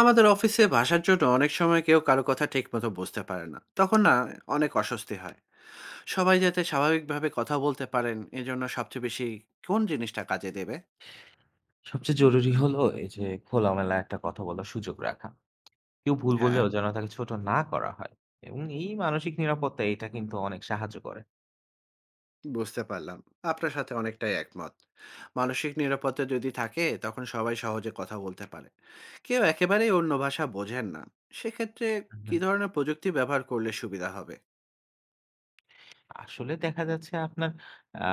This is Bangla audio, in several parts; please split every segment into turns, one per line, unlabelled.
আমাদের অফিসে ভাষার জন্য অনেক সময় কেউ কারো কথা ঠিকমতো বুঝতে পারে না তখন না, অনেক অস্বস্তি হয়। সবাই যাতে স্বাভাবিকভাবে কথা বলতে পারেন এজন্য সবচেয়ে বেশি কোন জিনিসটা কাজে দেবে?
সবচেয়ে জরুরি হলো এই যে খোলামেলা একটা কথা বলার সুযোগ রাখা। কেউ ভুল
হ্যাঁ,
বললেও যেন তাকে ছোট না করা হয় এবং এই মানসিক নিরাপত্তা এটা কিন্তু অনেক সাহায্য করে।
বুঝতে পারলাম। আপনার সাথে অনেকটাই একমত। মানসিক নিরাপত্তা যদি থাকে তখন সবাই সহজে কথা বলতে পারে। কেউ একেবারেই অন্য ভাষা বোঝেন না, সেক্ষেত্রে
হুম,
কি
হুম।
ধরনের প্রযুক্তি ব্যবহার করলে সুবিধা হবে?
আসলে দেখা যাচ্ছে আপনার আ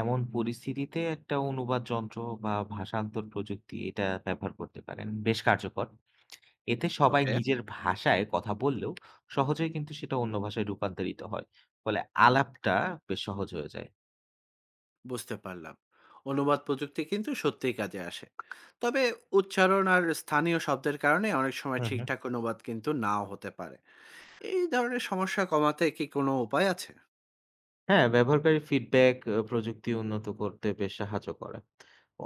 এমন পরিস্থিতিতে একটা অনুবাদ যন্ত্র বা ভাষান্তর প্রযুক্তি এটা ব্যবহার করতে পারেন। বেশ কার্যকর। এতে সবাই
ওকে,
নিজের ভাষায় কথা বললেও সহজেই কিন্তু সেটা অন্য ভাষায় রূপান্তরিত হয়। ফলে আলাপটা বেশ সহজ হয়ে যায়।
বুঝতে পারলাম। অনুবাদ প্রযুক্তি কিন্তু সত্যিই কাজে আসে। তবে উচ্চারণ আর স্থানীয় শব্দের কারণে অনেক সময়
হুম, হুম।
ঠিকঠাক অনুবাদ কিন্তু নাও হতে পারে। এই ধরনের সমস্যা কমাতে কি কোনো উপায় আছে?
হ্যাঁ, ব্যবহারকারীর ফিডব্যাক প্রযুক্তি উন্নত করতে বেশ সাহায্য করে।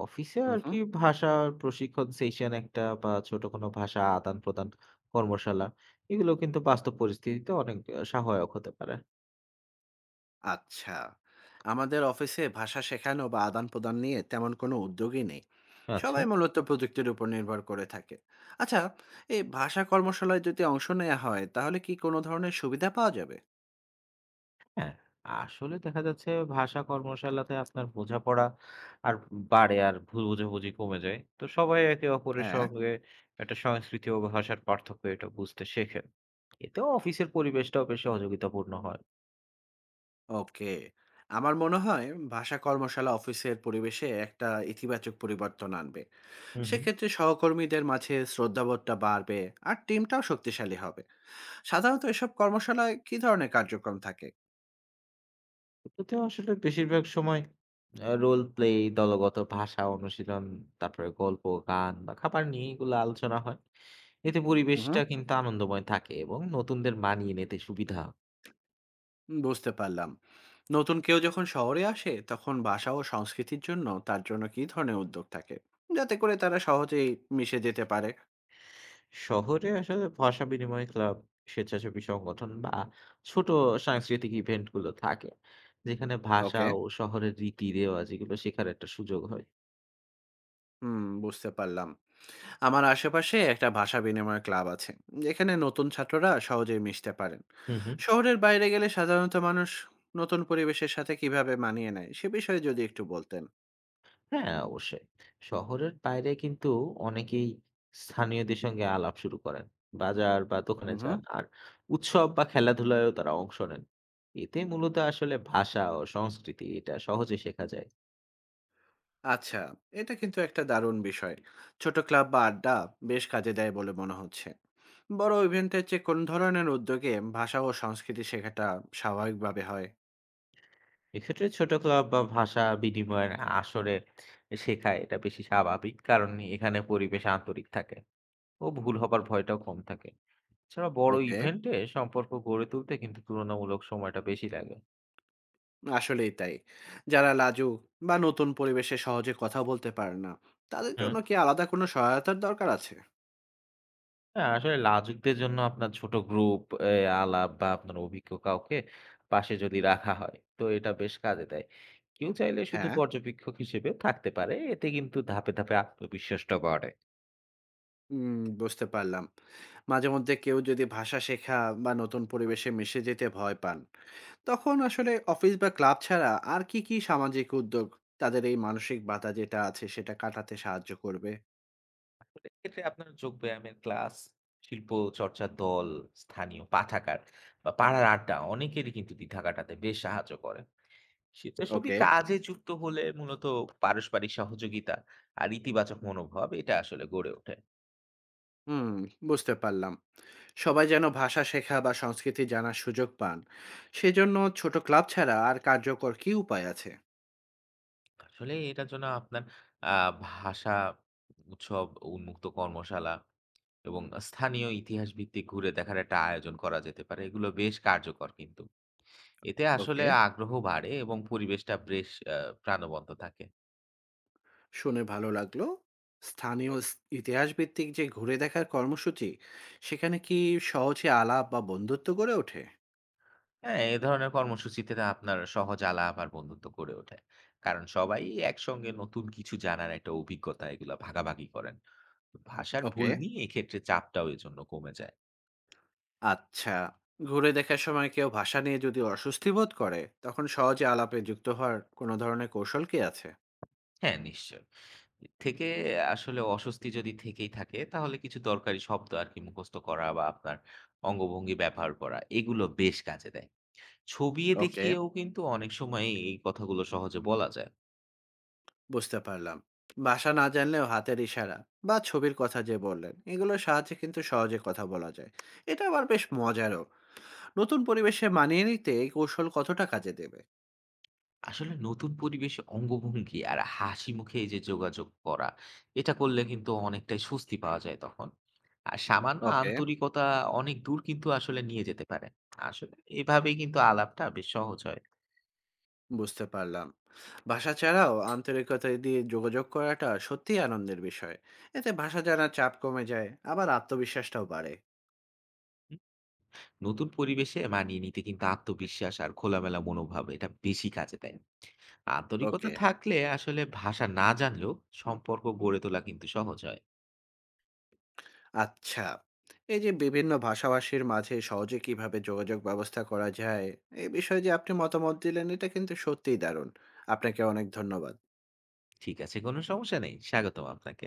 অফিসে
হুম হুম
আরকি ভাষার প্রশিক্ষণ সেশন একটা বা ছোট কোনো ভাষা আদান-প্রদান কর্মশালা, এগুলো কিন্তু বাস্তব পরিস্থিতিতে অনেক সহায়ক হতে পারে।
আচ্ছা, আমাদের অফিসে ভাষা শেখানো বা আদান প্রদান নিয়ে তেমন কোনো উদ্যোগই নেই।
আচ্ছা।
সবাই মূলত প্রযুক্তির উপর নির্ভর করে থাকে। আচ্ছা, এই ভাষা কর্মশালায় যদি অংশ নেওয়া হয় তাহলে কি কোনো ধরনের সুবিধা পাওয়া যাবে?
হ্যাঁ, আসলে দেখা যাচ্ছে ভাষা কর্মশালাতে আপনার বোঝাপড়া আর বাড়ে আর ভুল বোঝাবুঝি কমে যায়। তো সবাই একে অপরের
হ্যাঁ।
সঙ্গে একটা সংস্কৃতি ও ভাষার পার্থক্য এটা বুঝতে শেখে। এতে অফিসের পরিবেশটাও বেশ সহযোগিতাপূর্ণ হয়।
ওকে। আমার মনে হয় ভাষা কর্মশালা অফিসের পরিবেশে একটা ইতিবাচক পরিবর্তন আনবে।
হুম, হুম।
সেক্ষেত্রে সহকর্মীদের মাঝে শ্রদ্ধাবোধটা বাড়বে আর টিমটাও শক্তিশালী হবে। সাধারণত এসব কর্মশালায় কি ধরনের কার্যক্রম থাকে?
এতে আসলে বেশিরভাগ সময় রোল প্লে, দলগত ভাষা অনুশীলন, তারপরে গল্প, গান বা খাবার নিয়ে এগুলো আলোচনা হয়। এতে পরিবেশটা
উহুম,
কিন্তু আনন্দময় থাকে এবং নতুনদের মানিয়ে নিতে সুবিধা হয়।
বুঝতে পারলাম। নতুন কেউ যখন শহরে আসে তখন ভাষা ও সংস্কৃতির জন্য তার জন্য কি ধরনের উদ্যোগ থাকে? যাতে করে তারা সহজেই মিশে যেতে পারে।
শহরে আসলে ভাষা বিনিময় ক্লাব, স্বেচ্ছাসেবী সংগঠন বা ছোট সাংস্কৃতিক ইভেন্ট গুলো থাকে। যেখানে ভাষা
ওকে।
ও শহরের রীতি-রেওয়াজ এগুলো শেখার একটা সুযোগ হয়।
হুম, বুঝতে পারলাম। আমার আশেপাশে একটা ভাষা বিনিময় ক্লাব আছে যেখানে নতুন ছাত্ররা সহজেই মিশতে পারেন।
হুম, হুম।
শহরের বাইরে গেলে সাধারণত মানুষ নতুন পরিবেশের সাথে কিভাবে মানিয়ে নেয় সে বিষয়ে যদি একটু বলতেন।
হ্যাঁ, অবশ্যই। শহরের বাইরে কিন্তু অনেকেই স্থানীয়দের সঙ্গে আলাপ শুরু করেন। বাজার বা দোকানে
হুম।
যান আর উৎসব বা খেলাধুলায়ও তারা অংশ নেন। এতে মূলত আসলে ভাষা ও সংস্কৃতি এটা সহজে শেখা যায়।
আচ্ছা, এটা কিন্তু একটা দারুণ বিষয়। ছোট ক্লাব বা আড্ডা বেশ কাজে দেয় বলে মনে হচ্ছে। বড় ইভেন্টের চেয়ে কোন ধরনের উদ্যোগে ভাষা ও সংস্কৃতি শেখাটা স্বাভাবিকভাবে হয়?
এক্ষেত্রে ছোট ক্লাব বা ভাষা বিনিময়ের আসরে শেখা এটা বেশি স্বাভাবিক। কারণ এখানে পরিবেশ আন্তরিক থাকে ও ভুল হবার ভয়টাও কম থাকে। এছাড়া বড়
ওকে,
ইভেন্টে সম্পর্ক গড়ে তুলতে কিন্তু তুলনামূলক সময়টা বেশি লাগে।
আসলেই তাই। যারা লাজুক বা নতুন পরিবেশে সহজে কথা বলতে পারে না, তাদের
হুম।
জন্য কি আলাদা কোনো সহায়তার দরকার আছে?
হ্যাঁ, আসলে লাজুকদের জন্য আপনার ছোট গ্রুপ এ আলাপ বা আপনার অভিজ্ঞ কাউকে পাশে যদি রাখা হয় তো এটা বেশ কাজে দেয়। কেউ চাইলে শুধু
হ্যাঁ,
পর্যবেক্ষক হিসেবে থাকতে পারে। এতে কিন্তু ধাপে, ধাপে আত্মবিশ্বাসটা বাড়ে।
হুম, বুঝতে পারলাম। মাঝে মধ্যে কেউ যদি ভাষা শেখা বা নতুন পরিবেশে মিশে যেতে ভয় পান, তখন আসলে অফিস বা ক্লাব ছাড়া আর কি, কি সামাজিক উদ্যোগ তাদের এই মানসিক বাধা যেটা আছে সেটা কাটাতে সাহায্য করবে?
আসলে এক্ষেত্রে আপনার যোগব্যায়ামের ক্লাস, শিল্প চর্চার দল, স্থানীয় পাঠাগার বা পাড়ার আড্ডা অনেকেরই কিন্তু দ্বিধা কাটাতে বেশ সাহায্য করে। সে তো তো ঠিক। সবই
ওকে।
কাজে যুক্ত হলে মূলত পারস্পরিক সহযোগিতা আর ইতিবাচক মনোভাব এটা আসলে গড়ে ওঠে।
হুম, বুঝতে পারলাম। সবাই যেন ভাষা শেখা বা সংস্কৃতি জানার সুযোগ পান সেজন্য ছোট ক্লাব ছাড়া আর কার্যকর কি উপায় আছে?
আসলে এটার জন্য আপনার আ ভাষা উৎসব, উন্মুক্ত কর্মশালা এবং স্থানীয় ইতিহাস ভিত্তিক ঘুরে দেখার একটা আয়োজন করা যেতে পারে। এগুলো বেশ কার্যকর কিন্তু। এতে আসলে
ওকে,
আগ্রহ বাড়ে এবং পরিবেশটা বেশ প্রাণবন্ত থাকে।
শুনে ভালো লাগলো। স্থানীয় ইতিহাস ভিত্তিক যে ঘুরে দেখার কর্মসূচি সেখানে কি সহজে আলাপ বা বন্ধুত্ব গড়ে ওঠে?
হ্যাঁ, এ ধরনের কর্মসূচিতে না আপনার সহজ আলাপ আর বন্ধুত্ব গড়ে ওঠে। কারণ সবাই একসঙ্গে নতুন কিছু জানার একটা অভিজ্ঞতা এগুলা ভাগাভাগি করেন। ভাষার
ওকে,
ভুল নিয়ে এক্ষেত্রে চাপটাও এজন্য কমে যায়।
আচ্ছা। ঘুরে দেখার সময় কেউ ভাষা নিয়ে যদি অস্বস্তি বোধ করে তখন সহজে আলাপে যুক্ত হওয়ার কোনো ধরনের কৌশল কি আছে?
হ্যাঁ, নিশ্চয়ই। থেকে আসলে অস্বস্তি যদি থেকেই থাকে তাহলে কিছু দরকারি শব্দ আরকি মুখস্থ করা বা আপনার অঙ্গভঙ্গি ব্যবহার করা এগুলো বেশ কাজে দেয়। ছবিয়ে
ওকে,
দেখিয়েও কিন্তু অনেক সময় এই কথাগুলো সহজে বলা যায়।
বুঝতে পারলাম। ভাষা না জানলেও হাতের ইশারা বা ছবির কথা যে বললেন এগুলোর সাহায্যে কিন্তু সহজে কথা বলা যায়। এটা আবার বেশ মজারও। নতুন পরিবেশে মানিয়ে নিতে এই কৌশল কতটা কাজে দেবে?
আসলে নতুন পরিবেশে অঙ্গভঙ্গি আর হাসি মুখে এই যে যোগাযোগ করা, এটা করলে কিন্তু অনেকটাই স্বস্তি পাওয়া যায় তখন। আর সামান্য
ওকে,
আন্তরিকতা অনেক দূর কিন্তু আসলে নিয়ে যেতে পারে। আসলে এভাবেই কিন্তু আলাপটা বেশ সহজ হয়।
বুঝতে পারলাম। ভাষা ছাড়াও আন্তরিকতা দিয়ে যোগাযোগ করাটা সত্যিই আনন্দের বিষয়। এতে ভাষা জানার চাপ কমে যায় আবার আত্মবিশ্বাসটাও বাড়ে।
নতুন পরিবেশে মানিয়ে নিতে কিন্তু আত্মবিশ্বাস আর খোলামেলা মনোভাব এটা বেশি কাজে দেয়। আন্তরিকতা
ওকে,
থাকলে আসলে ভাষা না জানলেও সম্পর্ক গড়ে তোলা কিন্তু সহজ হয়।
আচ্ছা। এই যে বিভিন্ন ভাষাভাষীর মাঝে সহজে কিভাবে যোগাযোগ ব্যবস্থা করা যায়, এই বিষয়ে যে আপনি মতামত দিলেন এটা কিন্তু সত্যিই দারুণ। আপনাকে অনেক ধন্যবাদ।
ঠিক আছে, কোনো সমস্যা নেই, স্বাগতম আপনাকে।